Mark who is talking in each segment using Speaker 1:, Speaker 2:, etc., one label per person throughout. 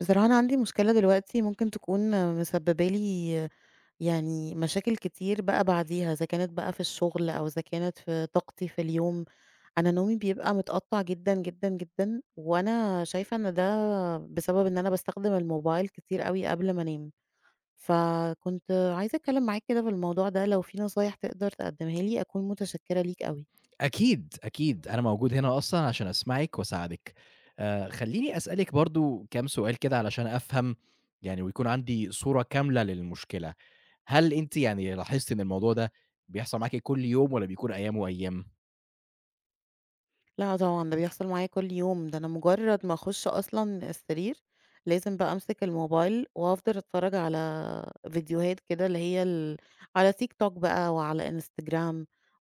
Speaker 1: بصراحة أنا عندي مشكلة دلوقتي ممكن تكون مسببة لي يعني مشاكل كتير بقى بعديها، إذا كانت بقى في الشغل أو إذا كانت في طاقتي في اليوم. أنا نومي بيبقى متقطع جدا جدا جدا، وأنا شايفة إن ده بسبب إن أنا بستخدم الموبايل كتير قوي قبل ما أنام. فكنت عايزة أتكلم معاك كده في الموضوع ده، لو في نصايح تقدر تقدمها لي أكون متشكرة ليك قوي.
Speaker 2: أكيد، أكيد، أنا موجود هنا أصلًا عشان أسمعِك وأساعدِك. خلّيني أسألِك برضه كام سؤال كده علشان أفهم يعني ويكون عندي صورة كاملة للمشكلة. هل أنتِ يعني لاحظتِ إن الموضوع ده بيحصل معاكِ كل يوم والّا بيكون أيام وأيام؟
Speaker 1: لأ طبعًا، ده بيحصل معايا كل يوم، ده أنا مجرد ما أخش أصلًا السرير لازم بقى أمسك الموبايل وأفضل أتفرّج على فيديوهات كده اللي هي على TikTok بقى وعلى Instagram،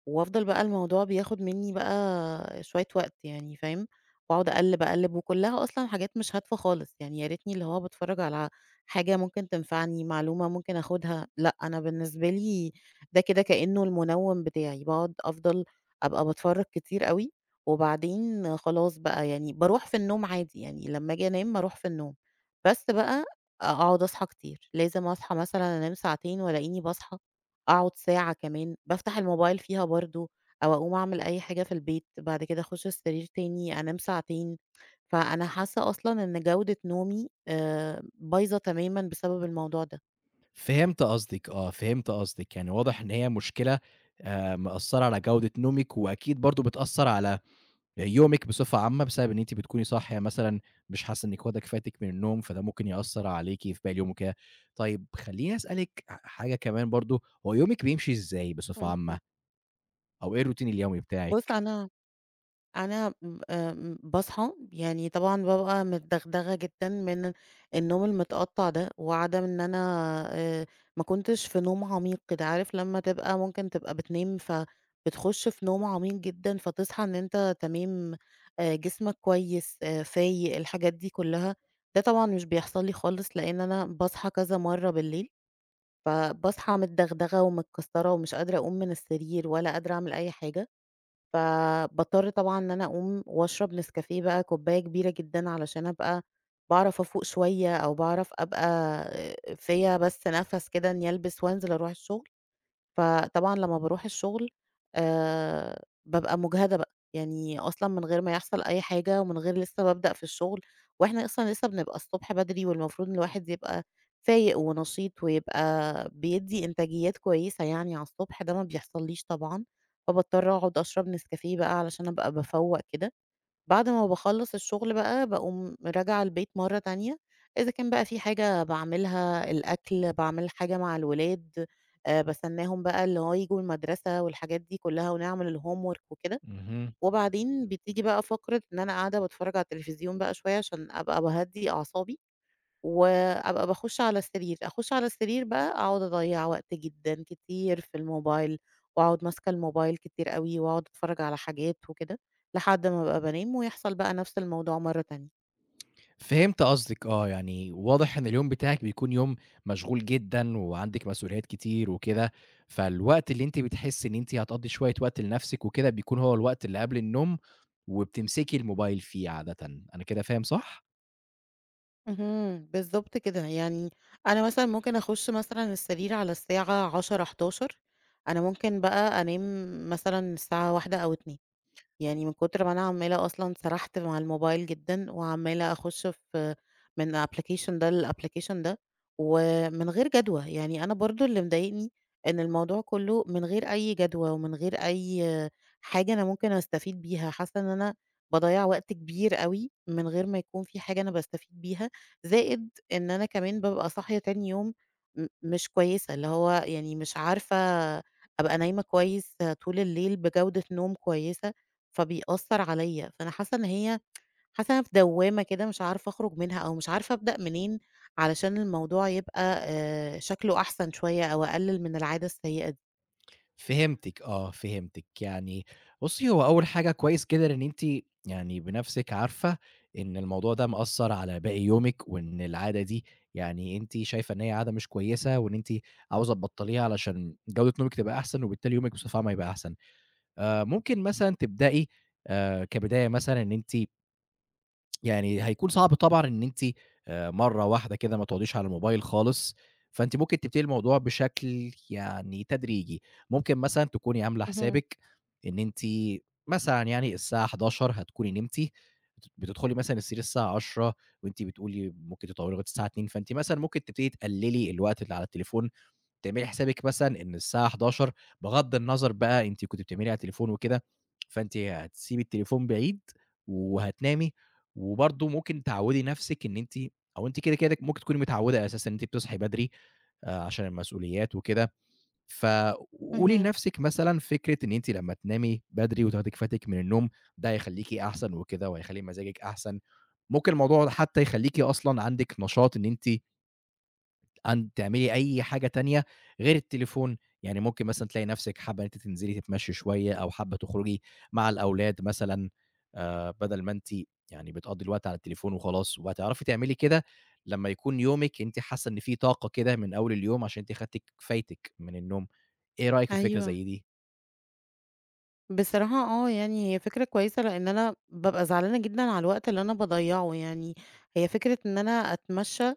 Speaker 1: وأفضل بقى الموضوع بياخد منّي بقى شوية وقت، يعني فاهم، وأقعد أقلِّب، أقلِّب وكُلّها أصلًا حاجات مش هادفة خالص، يعني يا ريتني اللي هو باتفرّج على حاجة ممكن تنفعني، معلومة ممكن آخُدها، لأ، أنا بالنسبة لي ده كده كإنّه المنوّم بتاعي، باقعد أفضل أبقى باتفرّج كتير أوي. وبعدين خلاص بقى يعني باروح في النوم عادي، يعني لمّا آجي أنام أروح في النوم، بس بقى أقعد أصحى كتير، لازم أصحى مثلًا أنام 2 ساعات وألاقيني باصحى أقعد ساعة كمان، بافتح الموبايل فيها برضه أو أقوم أعمل أي حاجة في البيت، بعد كده أخش السرير تاني أنام ساعتين. فأنا حاسة أصلًا إن جودة نومي بايظة تمامًا بسبب الموضوع ده.
Speaker 2: فهمت قصدِك آه، فهمت قصدِك. يعني واضح إن هي مشكلة مأثّرة على جودة نومِك وأكيد برضه بتأثّر على آه، يومِك بصفة عامة بسبب إن أنتِ بتكوني صاحية مثلًا مش حاسة إنِّك واخدة كفايتِك من النوم، فده ممكن يأثّر عليكِ في باقي اليوم وكده. طيب خلّيني أسألِك حاجة كمان برضه، هو يومِك بيمشي إزاي بصفة عامة
Speaker 1: اهم.
Speaker 2: أو إيه الروتين اليومي
Speaker 1: بُص
Speaker 2: بتاعِك؟
Speaker 1: أنا، أنا ب آمم، باصحى يعني طبعًا بابقى متدغدغة جدًا من النوم المتقطّع ده، وعدم إن أنا آآ، ما كنتش في نوم عميق كده، عارف لمّا تبقى ممكن تبقى بتنام فبتخش في نوم عميق جدًا، فتصحى إن أنت تمام، جسمك كويس، فايق الحاجات دي كلّها، ده طبعًا مش بيحصل لي خالص، لإن أنا باصحى كذا مرّة بالليل، فباصحى متدغدغة ومتكسّرة ومش قادرة أقوم من السرير ولا قادرة أعمل أي حاجة. فباضطر طبعًا إن أنا أقوم وأشرب نسكافيه بقى كوباية كبيرة جدًا علشان أبقى باعرف أفوق شوية أو باعرف أبقى فيّا بس نَفَس كده إنّي ألبس وأنزل أروح الشغل. فطبعًا لمّا باروح الشغل بابقى مُجهدة بقى، يعني أصلًا من غير ما يحصل أي حاجة ومن غير لسه ما أبدأ في الشغل، وإحنا أصلًا لسه بنبقى الصبح بدري والمفروض إن الواحد يبقى فايق ونشيط ويبقى بيدّي إنتاجيات كويسة يعني على الصبح، ده ما بيحصلّيش طبعًا، فباضطر أقعد أشرب نسكافيه بقى علشان أبقى بافوّق كده. بعد ما باخلّص الشغل بقى، باقوم راجعة البيت مرّة تانية، إذا كان بقى في حاجة باعملها، الأكل، باعمل حاجة مع الولاد، باستناهم بقى اللي هو ييجوا المدرسة والحاجات دي كلّها ونعمل الhomework وكده،
Speaker 2: اهم.
Speaker 1: وبعدين بتيجي بقى فقرة إن أنا قاعدة باتفرّج على التلفزيون بقى شوية عشان أبقى باهدّي أعصابي. وأبقى باخُش على السرير، أخُش على السرير بقى أقعد أضيّع وقت جدًا كتير في الموبايل، وأقعد ماسكة الموبايل كتير أوي، وأقعد أتفرّج على حاجات وكده، لحد ما أبقى بانام ويحصل بقى نَفْس الموضوع مرّة تانية.
Speaker 2: فهمت قصدِك آه، يعني واضح إن اليوم بتاعِك بيكون يوم مشغول جدًا وعندِك مسؤوليات كتير وكده، فالوقت اللي أنتِ بتحسّي إن أنتِ هتقضّي شوية وقت لنَفْسِك وكده، بيكون هو الوقت اللي قبل النوم وبتمسكي الموبايل فيه عادةً، أنا كده فاهم صح؟
Speaker 1: اهم، بالضبط كده، يعني أنا مثلًا ممكن أخُش مثلًا السرير على الساعة 22:00، 23:00، أنا ممكن بقى أنام مثلًا الساعة 01:00 أو 02:00. يعني من كتر ما أنا عمّالة أصلًا سرحت مع الموبايل جدًا، وعمّالة أخُش في من application ده للapplication ده، ومن غير جدوى، يعني أنا برضه اللي مضايقني إن الموضوع كلّه من غير أي جدوى، ومن غير أي حاجة أنا ممكن أستفيد بيها، حاسة إن أنا باضيّع وقت كبير أوي من غير ما يكون في حاجة أنا باستفيد بيها، زائد إن أنا كمان بابقى صاحية تاني يوم مش كويسة، اللي هو يعني مش عارفة أبقى نايمة كويس طول الليل بجودة نوم كويسة. فبيأثّر عليّا، فأنا حاسة إن هي، حاسة إن أنا في دوّامة كده مش عارفة أخرج منها أو مش عارفة أبدأ منين علشان الموضوع يبقى شكله أحسن شوية أو أقلل من العادة السيئة دي.
Speaker 2: فهمتِك آه، فهمتِك. يعني بُصّي، هو أول حاجة كويس جدًا إن أنتِ يعني بنَفْسِك عارفة إن الموضوع ده مأثّر على باقي يومِك وإن العادة دي يعني أنتِ شايفة إن هي عادة مش كويسة وإن أنتِ عاوزة تبطّليها علشان جودة نومِك تبقى أحسن وبالتالي يومِك بصفة عامة يبقى أحسن. ممكن مثلًا تبدئي كبداية مثلًا إن أنتِ يعني هيكون صعب طبعًا إن أنتِ مرّة واحدة كده ما تقعديش على الموبايل خالص، فأنتِ ممكن تبتدي الموضوع بشكل يعني تدريجي، ممكن مثلًا تكوني عاملة
Speaker 1: اهم،
Speaker 2: حسابِك إن أنتِ مثلًا يعني الساعة 11:00 هتكوني نمتِ، بتدخلي مثلًا السرير الساعة 10:00 وأنتِ بتقولي ممكن تطوّلي لغاية الساعة 02:00 فأنتِ مثلًا ممكن تبتدي تقللي الوقت اللي على التليفون تعملي حسابِك مثلًا إن الساعة 11:00 بغض النظر بقى أنتِ كنتِ بتعملي على التليفون وكده، فأنتِ هتسيبي التليفون بعيد وهتنامي، وبرضه ممكن تعوّدي نَفْسِك إن أنتِ أو أنتِ كده، كده ممكن تكوني متعوّدة أساسًا إن أنتِ بتصحي بدري عشان المسؤوليات وكده، فقولي
Speaker 1: اهم.
Speaker 2: لنَفْسِك مثلًا فكرة إن أنتِ لمّا تنامي بدري وتاخدي كفايتِك من النوم، ده هيخلّيكِ أحسن وكده وهيخلّي مزاجِك أحسن، ممكن الموضوع ده حتى يخلّيكِ أصلًا عندِك نشاط إن أنتِ عن تعملي أي حاجة تانية غير التليفون، يعني ممكن مثلًا تلاقي نفسِك حابة إن أنتِ تنزلي تتمشي شوية أو حابة تخرجي مع الأولاد مثلًا بدل ما أنتِ يعني بتقضّي الوقت على التليفون وخلاص، وهتعرفي تعملي كده لمّا يكون يومِك أنتِ حاسة إن في طاقة كده من أول اليوم عشان أنتِ خدتِ كفايتِك من النوم، إيه رأيك في فكرة
Speaker 1: أيوه.
Speaker 2: زي دي؟
Speaker 1: بصراحة آه، يعني هي فكرة كويسة لإن أنا بابقى زعلانة جدًا على الوقت اللي أنا باضيّعه، يعني هي فكرة إن أنا أتمشى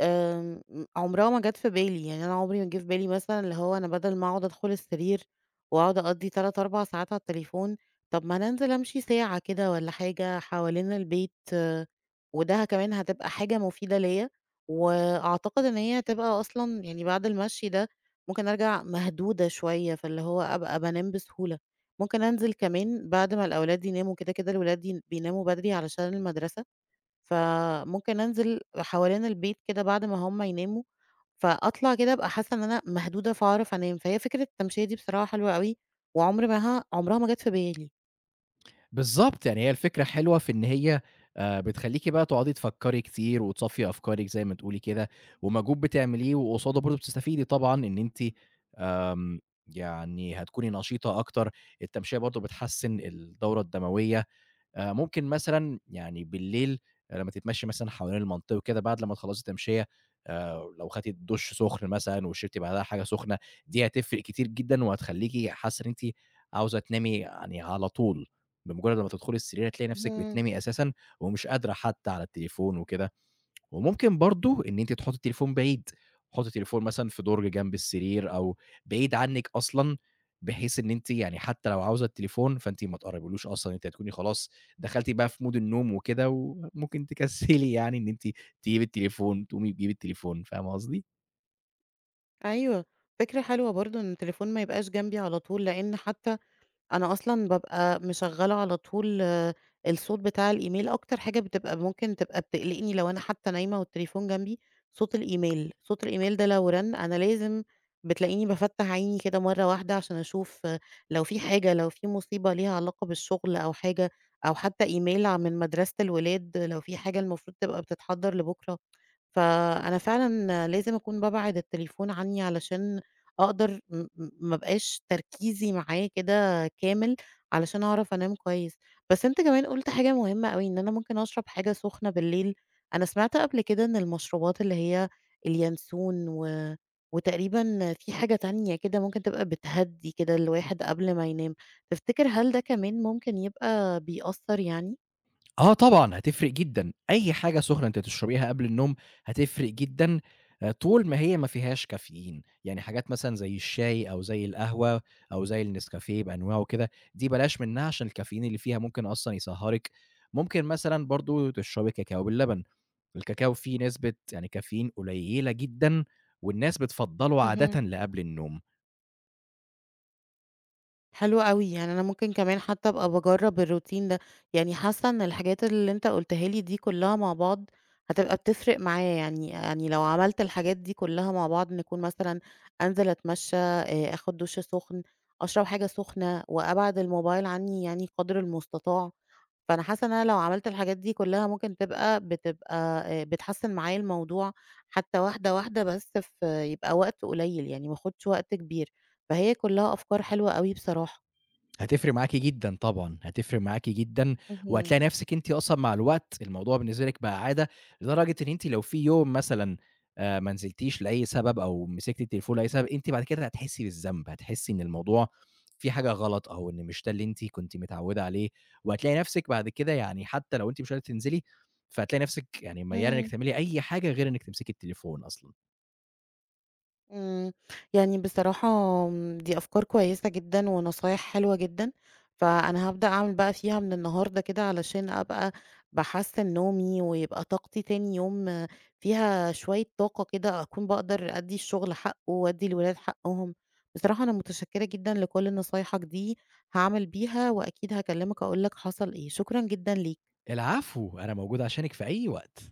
Speaker 1: آمم، عمرها ما جات في بالي، يعني أنا عمري ما جه في بالي مثلًا اللي هو أنا بدل ما أقعد أدخل السرير وأقعد أقضّي 3، 4 ساعات على التليفون، طب ما أنا أنزل أمشي ساعة كده والّا حاجة حوالين البيت، آه، وده كمان هتبقى حاجة مفيدة ليّا، وأعتقد إن هي هتبقى أصلًا يعني بعد المشي ده ممكن أرجع مهدودة شوية، فاللي هو أبقى بانام بسهولة. ممكن أنزل كمان بعد ما الأولاد يناموا، كده، كده الولاد بيناموا بدري علشان المدرسة، فممكن أنزل حوالين البيت كده بعد ما هُم يناموا، فأطلع كده أبقى حاسة إن أنا مهدودة فاعرف أنام، فهي فكرة التمشية دي بصراحة حلوة أوي، وعمر ماها عمرها ما جات في بالي.
Speaker 2: بالضبط، يعني هي الفكرة حلوة في إن هي بتخلّيكِ بقى تقعدي تفكّري كتير وتصفّي أفكارِك زي ما تقولي كده، ومجهود بتعمليه وقصاده برضه بتستفيدي طبعًا إن أنتِ آمم، يعني هتكوني نشيطة أكتر، التمشية برضه بتحسّن الدورة الدموية، ممكن مثلًا يعني بالليل آه، لمّا تتمشي مثلًا حوالين المنطقة وكده بعد لمّا تخلّصي تمشية لو خدتِ دُش سخن مثلًا وشربتِ بعدها حاجة سخنة، دي هتفرق كتير جدًا وهتخلّيكِ حاسة إن أنتِ عاوزة تنامي يعني على طول، بمجرد لمّا تدخلي السرير هتلاقي نفسِك
Speaker 1: اهم.
Speaker 2: بتنامي أساسًا ومش قادرة حتى على التليفون وكده. وممكن برضه إن أنتِ تحطّي التليفون بعيد، حُطّي التليفون مثلًا في درج جنب السرير أو بعيد عنِّك أصلًا، بحيث إن أنتِ يعني حتى لو عاوزة التليفون فأنتِ ما تقرّبيلوش أصلًا، أنتِ هتكوني خلاص دخلتِ بقى في مود النوم وكده، وممكن تكسّلي يعني إن أنتِ تجيبي التليفون، تقومي تجيبي التليفون، فاهمة قصدي؟
Speaker 1: أيوه، فكرة حلوة برضه إن التليفون ما يبقاش جنبي على طول، لإن حتى أنا أصلًا بابقى مشغّلة على طول آه، الصوت بتاع الإيميل، أكتر حاجة بتبقى ممكن تبقى بتقلقني لو أنا حتى نايمة والتليفون جنبي، صوت الإيميل، صوت الإيميل ده لو رن أنا لازم بتلاقيني بافتّح عيني كده مرّة واحدة عشان أشوف آه، لو في حاجة، لو في مصيبة ليها علاقة بالشغل أو حاجة، أو حتى إيميل من مدرسة الولاد لو في حاجة المفروض تبقى بتتحضّر لبُكرة. فأنا فعلًا لازم أكون بابعد التليفون عني علشان أقدر م م ما أبقاش تركيزي معاه كده كامل علشان أعرف أنام كويس. بس أنت كمان قُلت حاجة مهمة أوي، إن أنا ممكن أشرب حاجة سخنة بالليل. أنا سمعت قبل كده إن المشروبات اللي هي اليانسون وتقريبًا في حاجة تانية كده ممكن تبقى بتهدّي كده الواحد قبل ما ينام. تفتكر هل ده كمان ممكن يبقى بيأثّر يعني؟
Speaker 2: آه طبعًا، هتفرق جدًا، أي حاجة سخنة أنتِ تشربيها قبل النوم هتفرق جدًا، طول ما هي ما فيهاش كافيين، يعني حاجات مثلًا زي الشاي أو زي القهوة أو زي النسكافيه بأنواعه وكده، دي بلاش منها عشان الكافيين اللي فيها ممكن أصلًا يسهّرِك، ممكن مثلًا برضه تشربي كاكاو باللبن، الكاكاو فيه نسبة يعني كافيين قليلة جدًا والناس بتفضّله
Speaker 1: اهم.
Speaker 2: عادةً لقبل النوم.
Speaker 1: حلو أوي، يعني أنا ممكن كمان حتى أبقى باجرّب الروتين ده، يعني حاسة إن الحاجات اللي أنت قُلتها لي دي كلّها مع بعض هتبقى بتفرق معايا، يعني لو عملت الحاجات دي كلّها مع بعض نكون مثلًا أنزل أتمشى، آخُد دُش سُخن، أشرب حاجة سُخنة، وأبعد الموبايل عنّي يعني قدر المستطاع، فأنا حاسة إن أنا لو عملت الحاجات دي كلّها ممكن تبقى بتحسّن معايا الموضوع حتى واحدة، واحدة بس في يبقى وقت قليّل، يعني ما آخُدش وقت كبير، فهي كلّها أفكار حلوة أوي بصراحة.
Speaker 2: هتفرق معاكِ جدًا طبعًا، هتفرق معاكِ جدًا،
Speaker 1: اهم.
Speaker 2: وهتلاقي نفسِك أنتِ أصلًا مع الوقت الموضوع بالنسبة لِك بقى عادة، لدرجة إن أنتِ لو في يوم مثلًا ما نزلتيش لأي سبب أو مسكتِ التليفون لأي سبب، أنتِ بعد كده هتحسي بالذنب، هتحسي إن الموضوع في حاجة غلط أو إن مش ده اللي أنتِ كنتِ متعودة عليه، وهتلاقي نفسِك بعد كده يعني حتى لو أنتِ مش قادرة تنزلي، فهتلاقي نفسِك يعني ميّالة إنِّك
Speaker 1: إمم،
Speaker 2: تعملي أي حاجة غير إنِّك تمسكي التليفون أصلًا.
Speaker 1: إمم. يعني بصراحة دي أفكار كويسة جدًا ونصايح حلوة جدًا، فأنا هابدأ أعمل بقى فيها من النهارده كده علشان أبقى باحسّن نومي ويبقى طاقتي تاني يوم فيها شوية طاقة كده أكون باقدر أدّي الشغل حقه وأدّي الولاد حقهم. بصراحة أنا متشكرة جدًا لكل نصايحك دي، هاعمل بيها وأكيد هاكلمك أقول لك حصل إيه. شكرًا جدًا ليك.
Speaker 2: العفو، أنا موجود عشانِك في أي وقت.